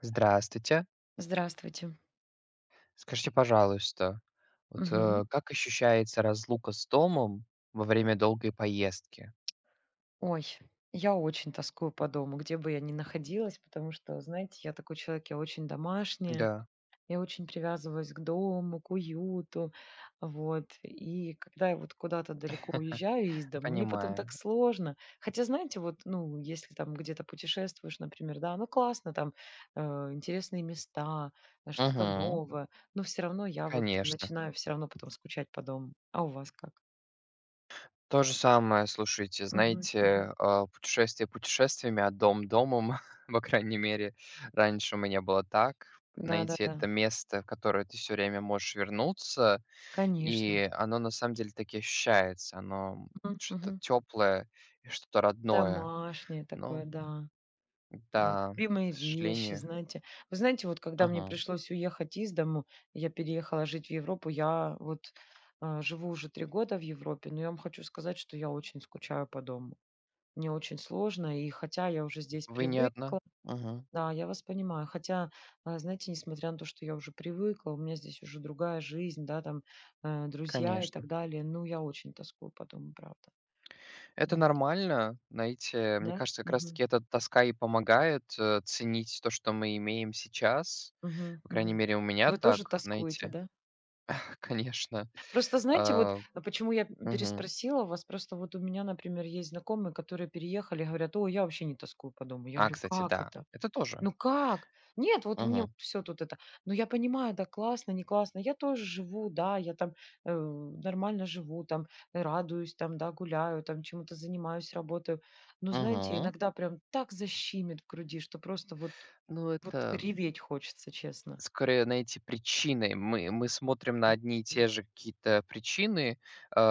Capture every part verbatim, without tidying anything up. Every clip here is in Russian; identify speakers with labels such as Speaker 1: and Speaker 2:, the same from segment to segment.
Speaker 1: Здравствуйте.
Speaker 2: Здравствуйте.
Speaker 1: Скажите, пожалуйста, вот,
Speaker 2: Мгм.
Speaker 1: э, как ощущается разлука с домом во время долгой поездки?
Speaker 2: Ой, я очень тоскую по дому, где бы я ни находилась, потому что, знаете, я такой человек, я очень домашняя,
Speaker 1: Да,
Speaker 2: я очень привязываюсь к дому, к уюту, вот. И когда я вот куда-то далеко уезжаю из дома, мне потом
Speaker 1: понимаю.
Speaker 2: так сложно. Хотя, знаете, вот, ну, если там где-то путешествуешь, например, да, ну, классно, там э, интересные места, э, что-то Мгм.
Speaker 1: Угу,
Speaker 2: Новое, но все равно я вот
Speaker 1: конечно.
Speaker 2: начинаю все равно потом скучать по дому. А у вас как?
Speaker 1: То же самое, слушайте,
Speaker 2: Мгм, мгм.
Speaker 1: знаете, а, путешествие путешествиями, а дом домом. По крайней мере, раньше у меня было так. Знаете,
Speaker 2: Да-да-да,
Speaker 1: это место, в которое ты все время можешь вернуться,
Speaker 2: конечно.
Speaker 1: и оно на самом деле таки ощущается. Оно
Speaker 2: Мгм,
Speaker 1: что-то
Speaker 2: мгм.
Speaker 1: теплое, и что-то родное.
Speaker 2: Домашнее
Speaker 1: Но
Speaker 2: такое, да. Вот.
Speaker 1: Да, к
Speaker 2: Любимые вещи,
Speaker 1: сожалению.
Speaker 2: знаете. Вы знаете, вот когда мне
Speaker 1: Ага.
Speaker 2: пришлось уехать из дому, я переехала жить в Европу, я вот а, живу уже три года в Европе, но я вам хочу сказать, что я очень скучаю по дому. Мне очень сложно, и хотя я уже здесь
Speaker 1: Вы не одна.
Speaker 2: привыкла,
Speaker 1: Мгм.
Speaker 2: да, я вас понимаю, хотя, а, знаете, несмотря на то, что я уже привыкла, у меня здесь уже другая жизнь, да, там э, друзья и так
Speaker 1: Конечно.
Speaker 2: далее, ну, я очень тоскую по дому, правда.
Speaker 1: Это нормально. Знаете, мне
Speaker 2: Да?
Speaker 1: кажется, как раз
Speaker 2: Мгм.
Speaker 1: таки эта тоска и помогает, э, ценить то, что мы имеем сейчас.
Speaker 2: Мгм.
Speaker 1: По крайней
Speaker 2: Мгм.
Speaker 1: мере, у меня
Speaker 2: Вы тоже
Speaker 1: так,
Speaker 2: тоскуете,
Speaker 1: знаете,
Speaker 2: да?
Speaker 1: конечно.
Speaker 2: Просто знаете, вот
Speaker 1: А
Speaker 2: э, почему я п-
Speaker 1: Мгм.
Speaker 2: переспросила вас, просто вот у меня, например, есть знакомые, которые переехали, говорят, о, я вообще не тоскую по дому. Я
Speaker 1: А,
Speaker 2: говорю,
Speaker 1: кстати,
Speaker 2: как
Speaker 1: да,
Speaker 2: это?
Speaker 1: это тоже.
Speaker 2: Ну как? Нет, вот мне
Speaker 1: Мгм.
Speaker 2: все тут это. Но я понимаю, да, классно, не классно. Я тоже живу, да, я там э, нормально живу, там э, радуюсь, там, да, гуляю, там чему-то занимаюсь, работаю. Но знаете,
Speaker 1: Мгм.
Speaker 2: иногда прям так защимит в груди, что просто вот,
Speaker 1: Ну,
Speaker 2: вот
Speaker 1: это
Speaker 2: реветь хочется, честно.
Speaker 1: скорее, найти причины. Мы мы смотрим на
Speaker 2: М,
Speaker 1: одни и
Speaker 2: м.
Speaker 1: те же какие-то причины,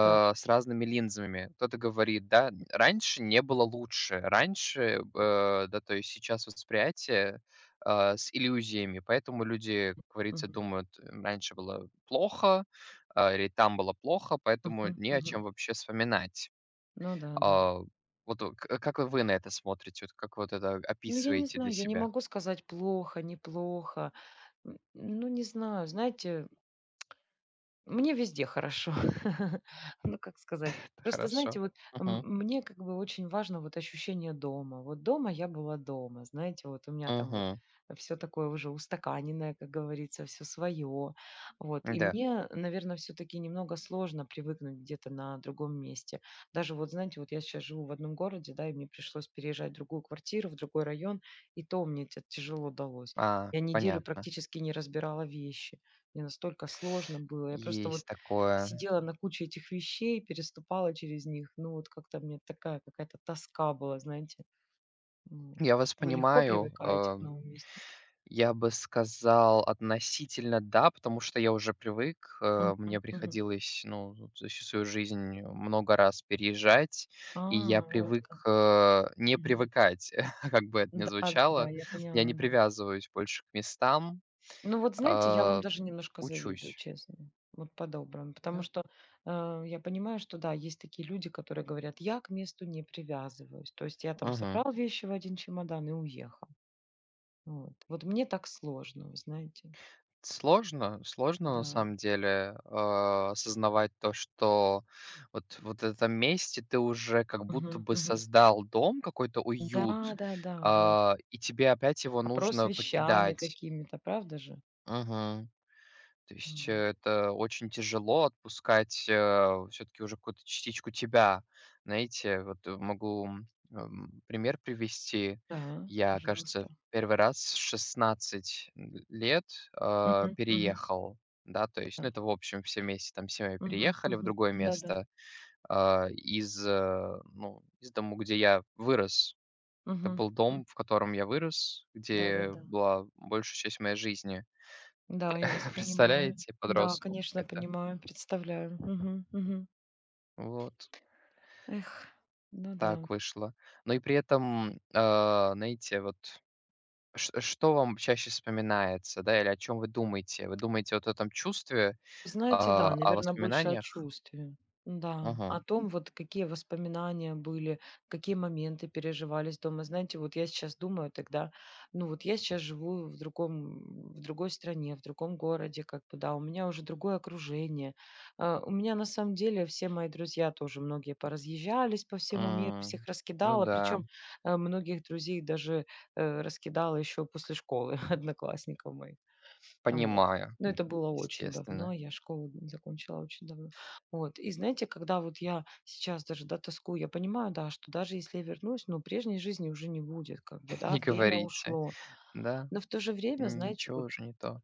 Speaker 2: Так.
Speaker 1: с разными линзами. Кто-то говорит, да: "Раньше не было лучше". Раньше, э, да, то есть сейчас восприятие, э, с иллюзиями, поэтому люди, как говорится,
Speaker 2: Мгм.
Speaker 1: думают: «М, "Раньше было плохо, э, или там было плохо", поэтому
Speaker 2: Мгм.
Speaker 1: не о
Speaker 2: Мгм.
Speaker 1: чем вообще вспоминать.
Speaker 2: Ну да, да.
Speaker 1: А, вот э, к как вы на это смотрите? Вот как вот это
Speaker 2: Ну, я не
Speaker 1: описываете для
Speaker 2: знаю, я не
Speaker 1: себя?
Speaker 2: могу сказать плохо, неплохо. М, ну, не знаю, знаете Мне везде хорошо. Ну, как сказать. Просто, знаете,
Speaker 1: Хорошо.
Speaker 2: вот м-
Speaker 1: Угу.
Speaker 2: мне как бы очень важно вот ощущение дома. Вот дома я была дома, знаете, вот у меня там вот
Speaker 1: Угу.
Speaker 2: все такое уже устаканенное, как говорится, все свое. Вот. И
Speaker 1: Да.
Speaker 2: мне, наверное, все-таки немного сложно привыкнуть где-то на другом месте. Даже вот, знаете, вот я сейчас живу в одном городе, да, и мне пришлось переезжать в другую квартиру, в другой район, и то мне это тяжело далось.
Speaker 1: А,
Speaker 2: Я неделю
Speaker 1: понятно.
Speaker 2: практически не разбирала вещи. Мне настолько сложно было. Я просто вот
Speaker 1: Есть такое.
Speaker 2: сидела на куче этих вещей, переступала через них. Ну, вот как-то мне такая какая-то тоска была, знаете. Ну Вот.
Speaker 1: Я вас
Speaker 2: Вы легко
Speaker 1: понимаю.
Speaker 2: привыкаете
Speaker 1: э,
Speaker 2: к новому месту.
Speaker 1: Я бы сказал относительно да, потому что я уже привык.
Speaker 2: Мгм,
Speaker 1: э, Мне
Speaker 2: мгм.
Speaker 1: приходилось, ну, вот за всю свою жизнь много раз переезжать,
Speaker 2: А,
Speaker 1: и я
Speaker 2: вот как.
Speaker 1: привык, э, не
Speaker 2: Мгм.
Speaker 1: привыкать, как бы это ни
Speaker 2: Да, да, да,
Speaker 1: звучало.
Speaker 2: я
Speaker 1: Я
Speaker 2: поняла,
Speaker 1: не
Speaker 2: да.
Speaker 1: привязываюсь больше к местам,
Speaker 2: Ну вот знаете, я вам
Speaker 1: э,
Speaker 2: даже немножко завидую,
Speaker 1: учусь.
Speaker 2: честно. Вот по-доброму. Потому
Speaker 1: Да?
Speaker 2: что э, я понимаю, что да, есть такие люди, которые говорят, я к месту не привязываюсь. То есть я там
Speaker 1: Мгм.
Speaker 2: собрал вещи в один чемодан и уехал. Вот. Вот мне так сложно, вы знаете.
Speaker 1: Сложно, сложно на
Speaker 2: Да.
Speaker 1: самом деле, э, осознавать то, что вот вот в этом месте ты уже как будто
Speaker 2: Мгм,
Speaker 1: бы
Speaker 2: мгм.
Speaker 1: создал дом, какой-то уют,
Speaker 2: Да, да, да, вот.
Speaker 1: а, и тебе опять его
Speaker 2: Вопрос с
Speaker 1: нужно
Speaker 2: вещами
Speaker 1: покидать.
Speaker 2: какими-то, правда же?
Speaker 1: Мгм. То есть, э,
Speaker 2: Вот.
Speaker 1: это очень тяжело отпускать, все таки уже какую-то частичку тебя. Знаете, вот э, могу, м, пример привести.
Speaker 2: Да, Да.
Speaker 1: Я, кажется,
Speaker 2: пожалуйста.
Speaker 1: первый раз в шестнадцать лет, э,
Speaker 2: Мгм, мгм,
Speaker 1: переехал, да, то есть,
Speaker 2: да.
Speaker 1: ну, это, в общем, все вместе там семьей
Speaker 2: Мгм,
Speaker 1: переехали в
Speaker 2: мгм.
Speaker 1: другое
Speaker 2: Да-да.
Speaker 1: место, а, из, э, ну, из дому, где я вырос. Это
Speaker 2: Мгм,
Speaker 1: был
Speaker 2: м.
Speaker 1: дом, в котором я вырос, где
Speaker 2: Да-да-да.
Speaker 1: была большая часть моей жизни.
Speaker 2: Да, Да, я вас понимаю.
Speaker 1: Представляете
Speaker 2: Да,
Speaker 1: подростку,
Speaker 2: конечно,
Speaker 1: как это.
Speaker 2: понимаю, представляю. Мгм, мгм.
Speaker 1: Вот
Speaker 2: Эх, ну да.
Speaker 1: так вышло. Но и при этом, э, знаете, вот ш что вам чаще вспоминается, да, или о чем вы думаете? Вы думаете вот о этом чувстве,
Speaker 2: Знаете, да,
Speaker 1: а, о
Speaker 2: наверное, больше о
Speaker 1: воспоминаниях?
Speaker 2: чувстве. Да,
Speaker 1: Угу.
Speaker 2: о том, вот какие воспоминания были, какие моменты переживались дома. Знаете, вот я сейчас думаю тогда, ну вот я сейчас живу в другом в другой стране, в другом городе, как бы, да, у меня уже другое окружение. А, у меня на самом деле все мои друзья тоже многие поразъезжались по всему миру, всех
Speaker 1: М, ну
Speaker 2: раскидала,
Speaker 1: да,
Speaker 2: причем, э, многих друзей даже, э, раскидала еще после школы, одноклассников моих. Вот.
Speaker 1: понимаю,
Speaker 2: Но
Speaker 1: м,
Speaker 2: это было очень давно,
Speaker 1: естественно.
Speaker 2: я школу закончила очень давно. Вот. И знаете, когда вот я сейчас даже, да, тоскую, я понимаю, да, что даже если я вернусь, ну, прежней жизни уже не будет, как бы, да,
Speaker 1: Не
Speaker 2: время Мгм.
Speaker 1: говорите.
Speaker 2: Ушло.
Speaker 1: Да,
Speaker 2: Но в то же время, знаете,
Speaker 1: ничего
Speaker 2: вот,
Speaker 1: уже не то.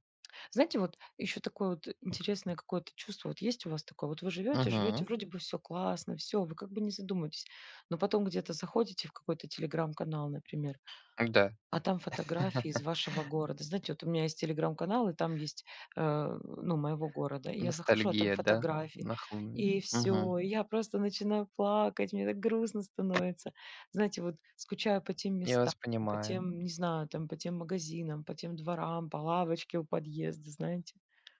Speaker 2: знаете, вот еще такое вот интересное какое-то чувство, вот есть у вас такое, вот вы живете, живете,
Speaker 1: Угу.
Speaker 2: вроде бы все классно, все, вы как бы не задумываетесь, но потом где-то заходите в какой-то телеграм-канал, например,
Speaker 1: Да.
Speaker 2: а там фотографии из вашего города. Знаете, вот у меня есть телеграм-канал, и там есть, э, ну, моего города. И я захожу, а там
Speaker 1: Ностальгия, да,
Speaker 2: фотографии.
Speaker 1: нахлынула.
Speaker 2: И
Speaker 1: Угу.
Speaker 2: все. я просто начинаю плакать, мне так грустно становится. Знаете, вот скучаю по тем
Speaker 1: Я
Speaker 2: местам,
Speaker 1: вас
Speaker 2: по
Speaker 1: понимаю.
Speaker 2: тем, не знаю, там, по тем магазинам, по тем дворам, по лавочке у подъезда, знаете.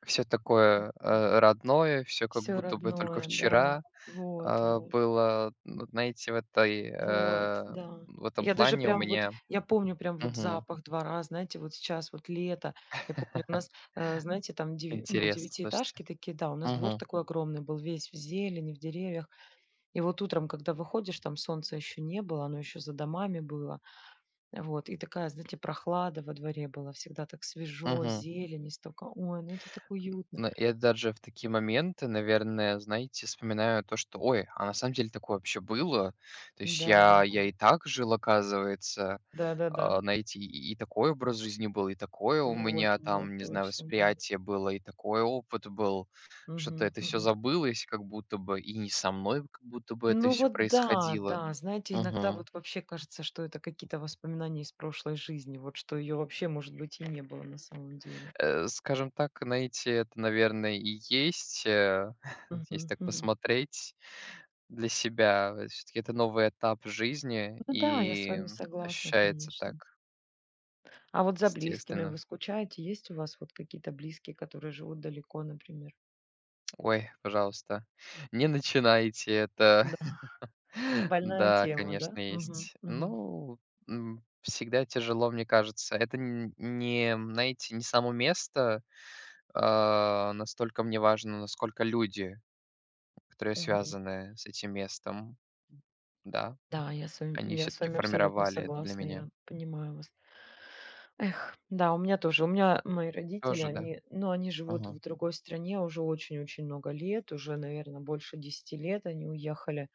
Speaker 1: Все такое,
Speaker 2: Все
Speaker 1: э, родное, все как будто бы только
Speaker 2: родное, да.
Speaker 1: вчера.
Speaker 2: Вот,
Speaker 1: А,
Speaker 2: вот.
Speaker 1: было, ну, знаете, в этой,
Speaker 2: Вот,
Speaker 1: э,
Speaker 2: да.
Speaker 1: в этом
Speaker 2: Я даже
Speaker 1: плане у
Speaker 2: прям вот,
Speaker 1: меня.
Speaker 2: я помню прям вот
Speaker 1: Мгм.
Speaker 2: запах двора, знаете, вот сейчас вот лето, я помню, у нас, э, знаете, там, деви- ну,
Speaker 1: Интересно, слушайте.
Speaker 2: девятиэтажки такие, да, у нас двор
Speaker 1: Мгм.
Speaker 2: такой огромный был, весь в зелени, в деревьях. И вот утром, когда выходишь, там солнца еще не было, оно еще за домами было, вот, и такая, знаете, прохлада во дворе была, всегда так свежо,
Speaker 1: Мгм.
Speaker 2: зелени столько, ой, ну это так уютно.
Speaker 1: Но я даже в такие моменты, наверное, знаете, вспоминаю то, что, ой, а на самом деле такое вообще было. То есть
Speaker 2: Да, да,
Speaker 1: я я и так жил, оказывается.
Speaker 2: да, да, да, да,
Speaker 1: А, знаете, и и такой образ жизни был, и такое у
Speaker 2: вот,
Speaker 1: меня
Speaker 2: вот,
Speaker 1: там, не знаю,
Speaker 2: точно, да.
Speaker 1: восприятие было, и такой опыт был. Что-то
Speaker 2: Мгм,
Speaker 1: это все
Speaker 2: мгм.
Speaker 1: забылось как будто бы, и не со мной как будто бы это
Speaker 2: Ну
Speaker 1: все
Speaker 2: вот да,
Speaker 1: происходило.
Speaker 2: да. Знаете, иногда
Speaker 1: Мгм.
Speaker 2: вот вообще кажется, что это какие-то воспоминания из прошлой жизни, вот что ее вообще, может быть, и не было на самом деле.
Speaker 1: Э, скажем так, найти это, наверное, и есть, э, если
Speaker 2: Мгм,
Speaker 1: так
Speaker 2: мгм.
Speaker 1: посмотреть, для себя. Все таки это новый этап жизни,
Speaker 2: Ну да, я с
Speaker 1: и
Speaker 2: вами согласна,
Speaker 1: ощущается
Speaker 2: конечно.
Speaker 1: так,
Speaker 2: А вот за близкими
Speaker 1: естественно.
Speaker 2: вы скучаете? Есть у вас вот какие-то близкие, которые живут далеко, например?
Speaker 1: Ой, пожалуйста, не начинайте это.
Speaker 2: Да. Больная
Speaker 1: Да,
Speaker 2: тема, да?
Speaker 1: конечно,
Speaker 2: Мгм,
Speaker 1: есть.
Speaker 2: мгм,
Speaker 1: Ну, м, всегда тяжело, мне кажется. Это н не, знаете, не само место, а настолько мне важно, насколько люди, которые
Speaker 2: мгм.
Speaker 1: связаны с этим местом, да,
Speaker 2: Да, я с вами,
Speaker 1: они
Speaker 2: я
Speaker 1: все
Speaker 2: с
Speaker 1: таки
Speaker 2: вами абсолютно
Speaker 1: формировали это для
Speaker 2: согласна,
Speaker 1: меня.
Speaker 2: я понимаю вас. Эх, да, у меня тоже. У меня мои родители,
Speaker 1: Тоже, да?
Speaker 2: они, ну, они живут
Speaker 1: Мгм.
Speaker 2: в другой стране уже очень-очень много лет, уже, наверное, больше десяти лет они уехали.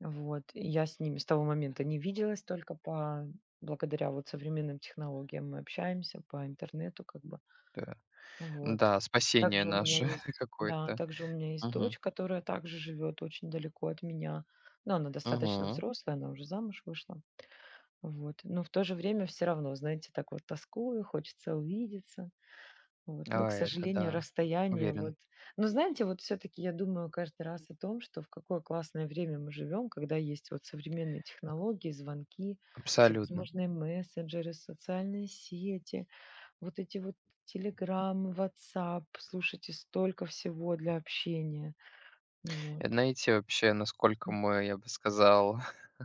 Speaker 2: Вот. И я с ними с того момента не виделась, только по благодаря вот современным технологиям мы общаемся по интернету, как бы.
Speaker 1: Да.
Speaker 2: Вот.
Speaker 1: Да, спасение
Speaker 2: Также у меня
Speaker 1: наше
Speaker 2: есть, да,
Speaker 1: какое-то.
Speaker 2: также у меня есть
Speaker 1: Мгм.
Speaker 2: дочь, которая также живет очень далеко от меня. Но она достаточно
Speaker 1: Мгм.
Speaker 2: взрослая, она уже замуж вышла. Вот. Но в то же время все равно, знаете, так вот тоскую, хочется увидеться. Вот. Но,
Speaker 1: А
Speaker 2: к
Speaker 1: это
Speaker 2: сожалению,
Speaker 1: да,
Speaker 2: расстояние
Speaker 1: уверен.
Speaker 2: вот Но знаете, вот все таки я думаю каждый раз о том, что в какое классное время мы живем, когда есть вот современные технологии, звонки,
Speaker 1: Абсолютно.
Speaker 2: всевозможные мессенджеры, социальные сети, вот эти вот "Телеграмы", WhatsApp, Слушайте, столько всего для общения. Вот.
Speaker 1: И знаете, вообще, насколько
Speaker 2: М,
Speaker 1: мы, я бы сказал,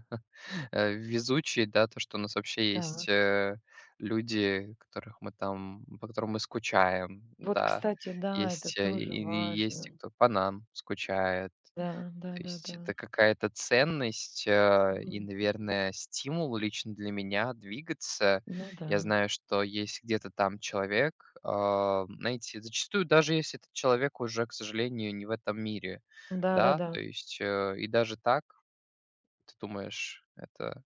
Speaker 1: э, везучие, да, то, что у нас вообще есть,
Speaker 2: так.
Speaker 1: э, люди, которых мы там по которым мы скучаем,
Speaker 2: Вот,
Speaker 1: да.
Speaker 2: кстати, да, это
Speaker 1: Есть, э,
Speaker 2: тоже
Speaker 1: и и есть те,
Speaker 2: важно.
Speaker 1: кто по нам скучает.
Speaker 2: Да,
Speaker 1: То есть
Speaker 2: да-да-да.
Speaker 1: это какая-то ценность, э, и,
Speaker 2: Мгм.
Speaker 1: наверное, стимул лично для меня двигаться.
Speaker 2: Ну да.
Speaker 1: Я знаю, что есть где-то там человек, а, знаете, зачастую даже если этот человек уже, к сожалению, не в этом мире, да,
Speaker 2: Да-да-да.
Speaker 1: то есть, э, и даже так ты думаешь, это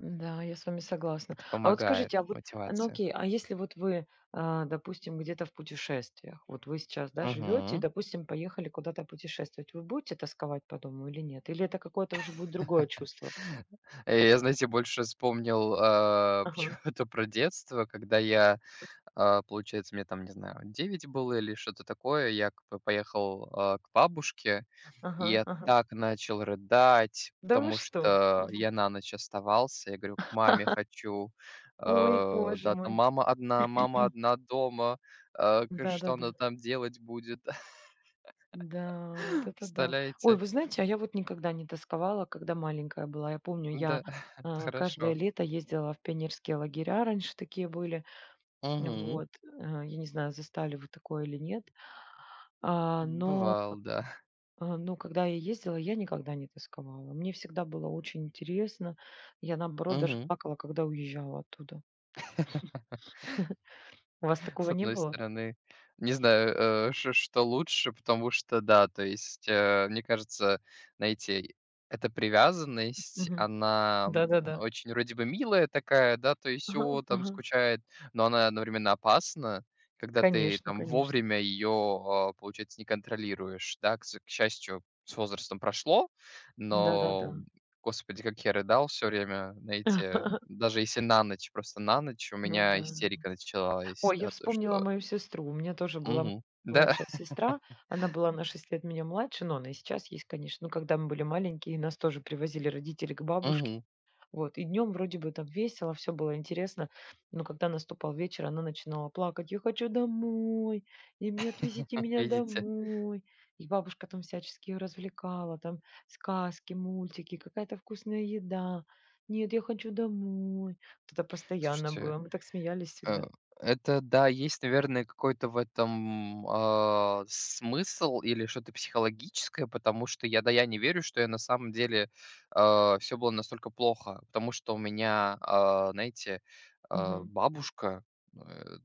Speaker 2: Да, да, да, я с вами согласна.
Speaker 1: это
Speaker 2: А вот
Speaker 1: помогает,
Speaker 2: скажите, а вот, а, ну
Speaker 1: мотивация.
Speaker 2: окей, а если вот вы, а, допустим, где-то в путешествиях, вот вы сейчас, да, живете и,
Speaker 1: Мгм.
Speaker 2: допустим, поехали куда-то путешествовать, вы будете тосковать по дому или нет? Или это какое-то уже будет другое чувство?
Speaker 1: Э, я, знаете, больше вспомнил, а,
Speaker 2: Ага,
Speaker 1: почему-то про детство, когда я. А, получается, мне там, не знаю, девять было или что-то такое. Я как бы поехал, а, к бабушке, и
Speaker 2: ага,
Speaker 1: я
Speaker 2: ага.
Speaker 1: так начал рыдать,
Speaker 2: Да вы
Speaker 1: потому
Speaker 2: что?
Speaker 1: что
Speaker 2: Мгм.
Speaker 1: я на ночь оставался. Я говорю: "К маме хочу".
Speaker 2: Ой,
Speaker 1: Э,
Speaker 2: боже
Speaker 1: да, там
Speaker 2: мой.
Speaker 1: мама одна, мама одна дома. Э, к что
Speaker 2: Да-да-да.
Speaker 1: она там делать будет?
Speaker 2: Да, вот это да. Ой,
Speaker 1: Представляете?
Speaker 2: вы знаете, а я вот никогда не тосковала, когда маленькая была. Я помню, я
Speaker 1: Да, это
Speaker 2: а, каждое
Speaker 1: хорошо.
Speaker 2: лето ездила в пионерские лагеря, раньше такие были. Мгм.
Speaker 1: Мгм.
Speaker 2: Вот, а, я не знаю, застали вы такое или нет. А, Но,
Speaker 1: Бывал, да.
Speaker 2: а, ну, когда я ездила, я никогда не тосковала. Мне всегда было очень интересно. Я, наоборот, даже
Speaker 1: Мгм.
Speaker 2: плакала, когда уезжала оттуда. У вас
Speaker 1: С
Speaker 2: такого не
Speaker 1: одной
Speaker 2: было?
Speaker 1: стороны, не знаю, э, ш что лучше, потому что да, то есть, э, мне кажется, знаете, эта привязанность,
Speaker 2: Мгм.
Speaker 1: она, м,
Speaker 2: Да-да-да.
Speaker 1: очень вроде бы милая такая, да, то есть:
Speaker 2: Ага,
Speaker 1: "О, там
Speaker 2: ага.
Speaker 1: скучает", но она одновременно опасна, когда ты
Speaker 2: Конечно,
Speaker 1: там
Speaker 2: конечно.
Speaker 1: вовремя ее, получается, не контролируешь, да. К с к счастью, с возрастом прошло,
Speaker 2: Да-да-да.
Speaker 1: но. Господи, как я рыдал все время, знаете, даже если на ночь, просто на ночь у
Speaker 2: Ну
Speaker 1: меня
Speaker 2: да.
Speaker 1: истерика началась,
Speaker 2: Ой, я
Speaker 1: да, то,
Speaker 2: вспомнила
Speaker 1: что.
Speaker 2: мою сестру. У меня тоже была м-
Speaker 1: Мгм. Да,
Speaker 2: младшая сестра. Она была на шесть лет меня младше, но она и сейчас есть, конечно. Но когда мы были маленькие, нас тоже привозили родители к бабушке.
Speaker 1: мгм.
Speaker 2: Вот. И днем вроде бы там весело, все было интересно. Но когда наступал вечер, она начинала плакать. Я хочу домой, и мне отвезите меня
Speaker 1: Видите?
Speaker 2: домой. И бабушка там всячески ее развлекала. Там сказки, мультики, какая-то вкусная еда. Нет, я хочу домой. Вот Это постоянно
Speaker 1: Слушайте,
Speaker 2: было. Мы так смеялись
Speaker 1: Э,
Speaker 2: всегда.
Speaker 1: это да, есть, наверное, какой-то в этом, а, смысл или что-то психологическое, потому что я, да, я не верю, что я на самом деле, все было настолько плохо, потому что у меня, а, знаете, а,
Speaker 2: Мгм.
Speaker 1: бабушка, э, э,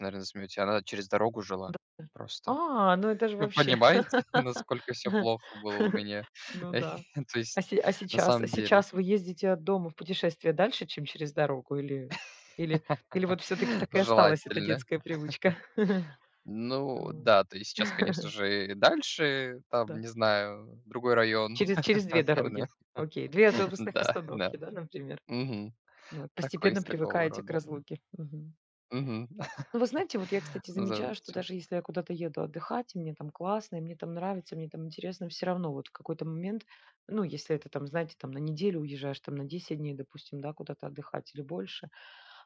Speaker 1: наверное, засмеётесь, она через дорогу жила
Speaker 2: да
Speaker 1: просто.
Speaker 2: А, ну это же
Speaker 1: Вы
Speaker 2: вообще.
Speaker 1: понимаете, насколько все плохо было у меня?
Speaker 2: Ну да.
Speaker 1: То
Speaker 2: А
Speaker 1: есть,
Speaker 2: се а
Speaker 1: на
Speaker 2: сейчас а
Speaker 1: самом деле,
Speaker 2: сейчас вы ездите от дома в путешествие дальше, чем через дорогу или или или вот все таки так и осталась эта
Speaker 1: желательно.
Speaker 2: детская привычка?
Speaker 1: Ну
Speaker 2: Ну.
Speaker 1: да, то есть сейчас, конечно же, и дальше, там,
Speaker 2: Да.
Speaker 1: не знаю, другой район,
Speaker 2: Через через две
Speaker 1: наверное.
Speaker 2: дороги. Окей, Две автобусных
Speaker 1: Да, да.
Speaker 2: остановки, да, например?
Speaker 1: Мгм.
Speaker 2: Вот.
Speaker 1: Такой,
Speaker 2: Постепенно
Speaker 1: из такого
Speaker 2: привыкаете к
Speaker 1: рода.
Speaker 2: разлуке. Мгм.
Speaker 1: Мгм.
Speaker 2: Ну, вы знаете, вот я, кстати,
Speaker 1: За
Speaker 2: замечаю, что
Speaker 1: улицу.
Speaker 2: даже если я куда-то еду отдыхать, и мне там классно, и мне там нравится, мне там интересно, все равно вот в какой-то момент, ну, если это там, знаете, там на неделю уезжаешь, там на десять дней, допустим, да, куда-то отдыхать или больше,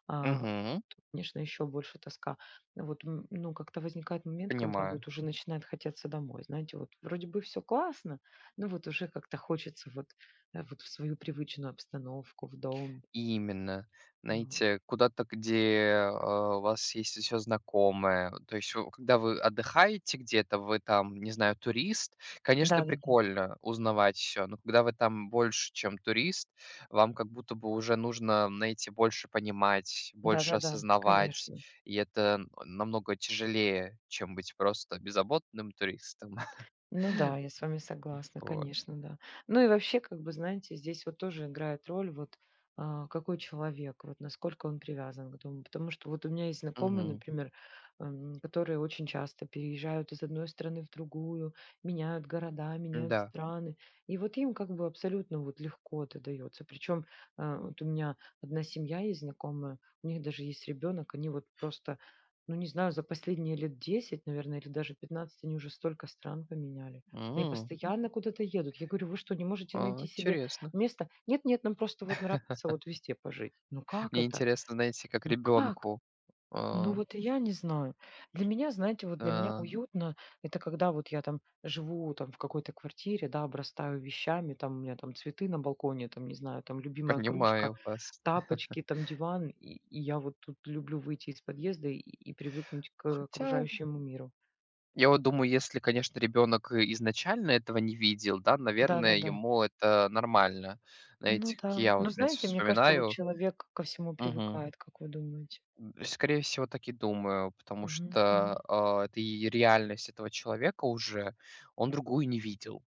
Speaker 2: а,
Speaker 1: Мгм.
Speaker 2: конечно, еще больше тоска. Вот, м, ну, как-то возникает момент, когда
Speaker 1: Понимаю.
Speaker 2: вот уже начинает хотеться домой, знаете, вот вроде бы все классно, но вот уже как-то хочется вот, э, вот в свою привычную обстановку, в дом.
Speaker 1: Именно.
Speaker 2: Вот.
Speaker 1: Знаете, куда-то, где, а, у вас есть еще знакомые. То есть, у когда вы отдыхаете где-то, вы там, не знаю, турист, конечно,
Speaker 2: Да-да-да,
Speaker 1: прикольно узнавать все, но когда вы там больше, чем турист, вам как будто бы уже нужно, знаете, больше понимать, больше
Speaker 2: да-да-да,
Speaker 1: осознавать,
Speaker 2: конечно.
Speaker 1: и это намного тяжелее, чем быть просто беззаботным туристом.
Speaker 2: Ну да, я с вами согласна,
Speaker 1: Вот.
Speaker 2: конечно, да. Ну и вообще, как бы, знаете, здесь вот тоже играет роль вот а, какой человек, вот насколько он привязан к дому. Потому что вот у меня есть знакомые,
Speaker 1: Мгм.
Speaker 2: например, м, которые очень часто переезжают из одной страны в другую, меняют города, меняют
Speaker 1: Да.
Speaker 2: страны. И вот им как бы абсолютно вот легко это дается. Причем а, вот у меня одна семья есть знакомая, у них даже есть ребенок, они вот просто ну, не знаю, за последние лет десять, наверное, или даже пятнадцать они уже столько стран поменяли. Они
Speaker 1: М.
Speaker 2: постоянно куда-то едут. Я говорю: "Вы что, не можете
Speaker 1: А,
Speaker 2: найти себе
Speaker 1: интересно.
Speaker 2: место?" "Нет, нет, нам просто вот нравится вот везде пожить". Ну как
Speaker 1: Мне
Speaker 2: это?
Speaker 1: интересно, знаете, как
Speaker 2: Ну как?
Speaker 1: ребенку.
Speaker 2: Ну
Speaker 1: А,
Speaker 2: вот я не знаю. Для меня, знаете, вот для меня
Speaker 1: да,
Speaker 2: уютно, это когда вот я там живу там в какой-то квартире, да, обрастаю вещами, там у меня там цветы на балконе, там, не знаю, там любимая кружка,
Speaker 1: понимаю вас.
Speaker 2: тапочки, там диван, и, и я вот тут люблю выйти из подъезда и, и привыкнуть к
Speaker 1: Хотя,
Speaker 2: окружающему миру.
Speaker 1: я вот
Speaker 2: Вот.
Speaker 1: думаю, если, конечно, ребенок изначально этого не видел, да, наверное,
Speaker 2: Да-да-да.
Speaker 1: ему это нормально.
Speaker 2: Ну
Speaker 1: Знаете, как
Speaker 2: да.
Speaker 1: я
Speaker 2: Но
Speaker 1: вот, в принципе,
Speaker 2: знаете, мне кажется, вот
Speaker 1: вспоминаю.
Speaker 2: человек ко всему
Speaker 1: Мгм.
Speaker 2: привыкает, как вы думаете?
Speaker 1: М, скорее всего, так и думаю, потому
Speaker 2: Мгм,
Speaker 1: что,
Speaker 2: мгм.
Speaker 1: а, это и реальность этого человека уже, он другую не видел.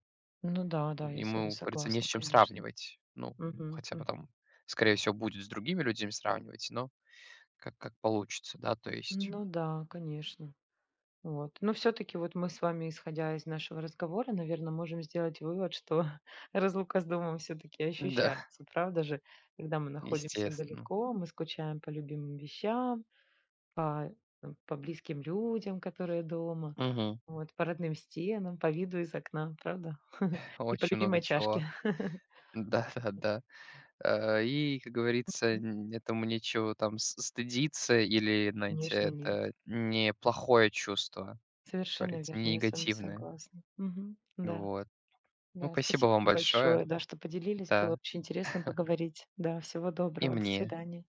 Speaker 2: Ну да, да, я с вами
Speaker 1: Ему, как говорится, не с
Speaker 2: согласна,
Speaker 1: чем
Speaker 2: конечно.
Speaker 1: сравнивать. Ну,
Speaker 2: Мгм,
Speaker 1: хотя
Speaker 2: м.
Speaker 1: потом, скорее всего, будет с другими людьми сравнивать, но Как как получится, да, то есть.
Speaker 2: Ну да, конечно. Вот. Но все-таки вот мы с вами, исходя из нашего разговора, наверное, можем сделать вывод, что разлука с домом все-таки
Speaker 1: Да,
Speaker 2: ощущается, правда же? Когда мы находимся
Speaker 1: естественно.
Speaker 2: далеко, мы скучаем по любимым вещам, по, э, по близким людям, которые дома,
Speaker 1: Мгм.
Speaker 2: вот, по родным стенам, по виду из окна, правда? И по
Speaker 1: Очень
Speaker 2: любимой
Speaker 1: много чего.
Speaker 2: чашке.
Speaker 1: Да-да-да. Э, и, как говорится,
Speaker 2: М,
Speaker 1: н этому нечего там с стыдиться или, знаете,
Speaker 2: Конечно, нет.
Speaker 1: это не плохое чувство, как
Speaker 2: Совершенно
Speaker 1: говорится,
Speaker 2: верно,
Speaker 1: не
Speaker 2: я с вами
Speaker 1: негативное.
Speaker 2: согласна. Мгм. Да.
Speaker 1: Вот. Ну,
Speaker 2: Да, спасибо
Speaker 1: спасибо вам
Speaker 2: вам
Speaker 1: большое.
Speaker 2: большое, да, что поделились. Было
Speaker 1: Да,
Speaker 2: очень интересно поговорить. Да, всего
Speaker 1: и
Speaker 2: доброго, до
Speaker 1: мне.
Speaker 2: свидания.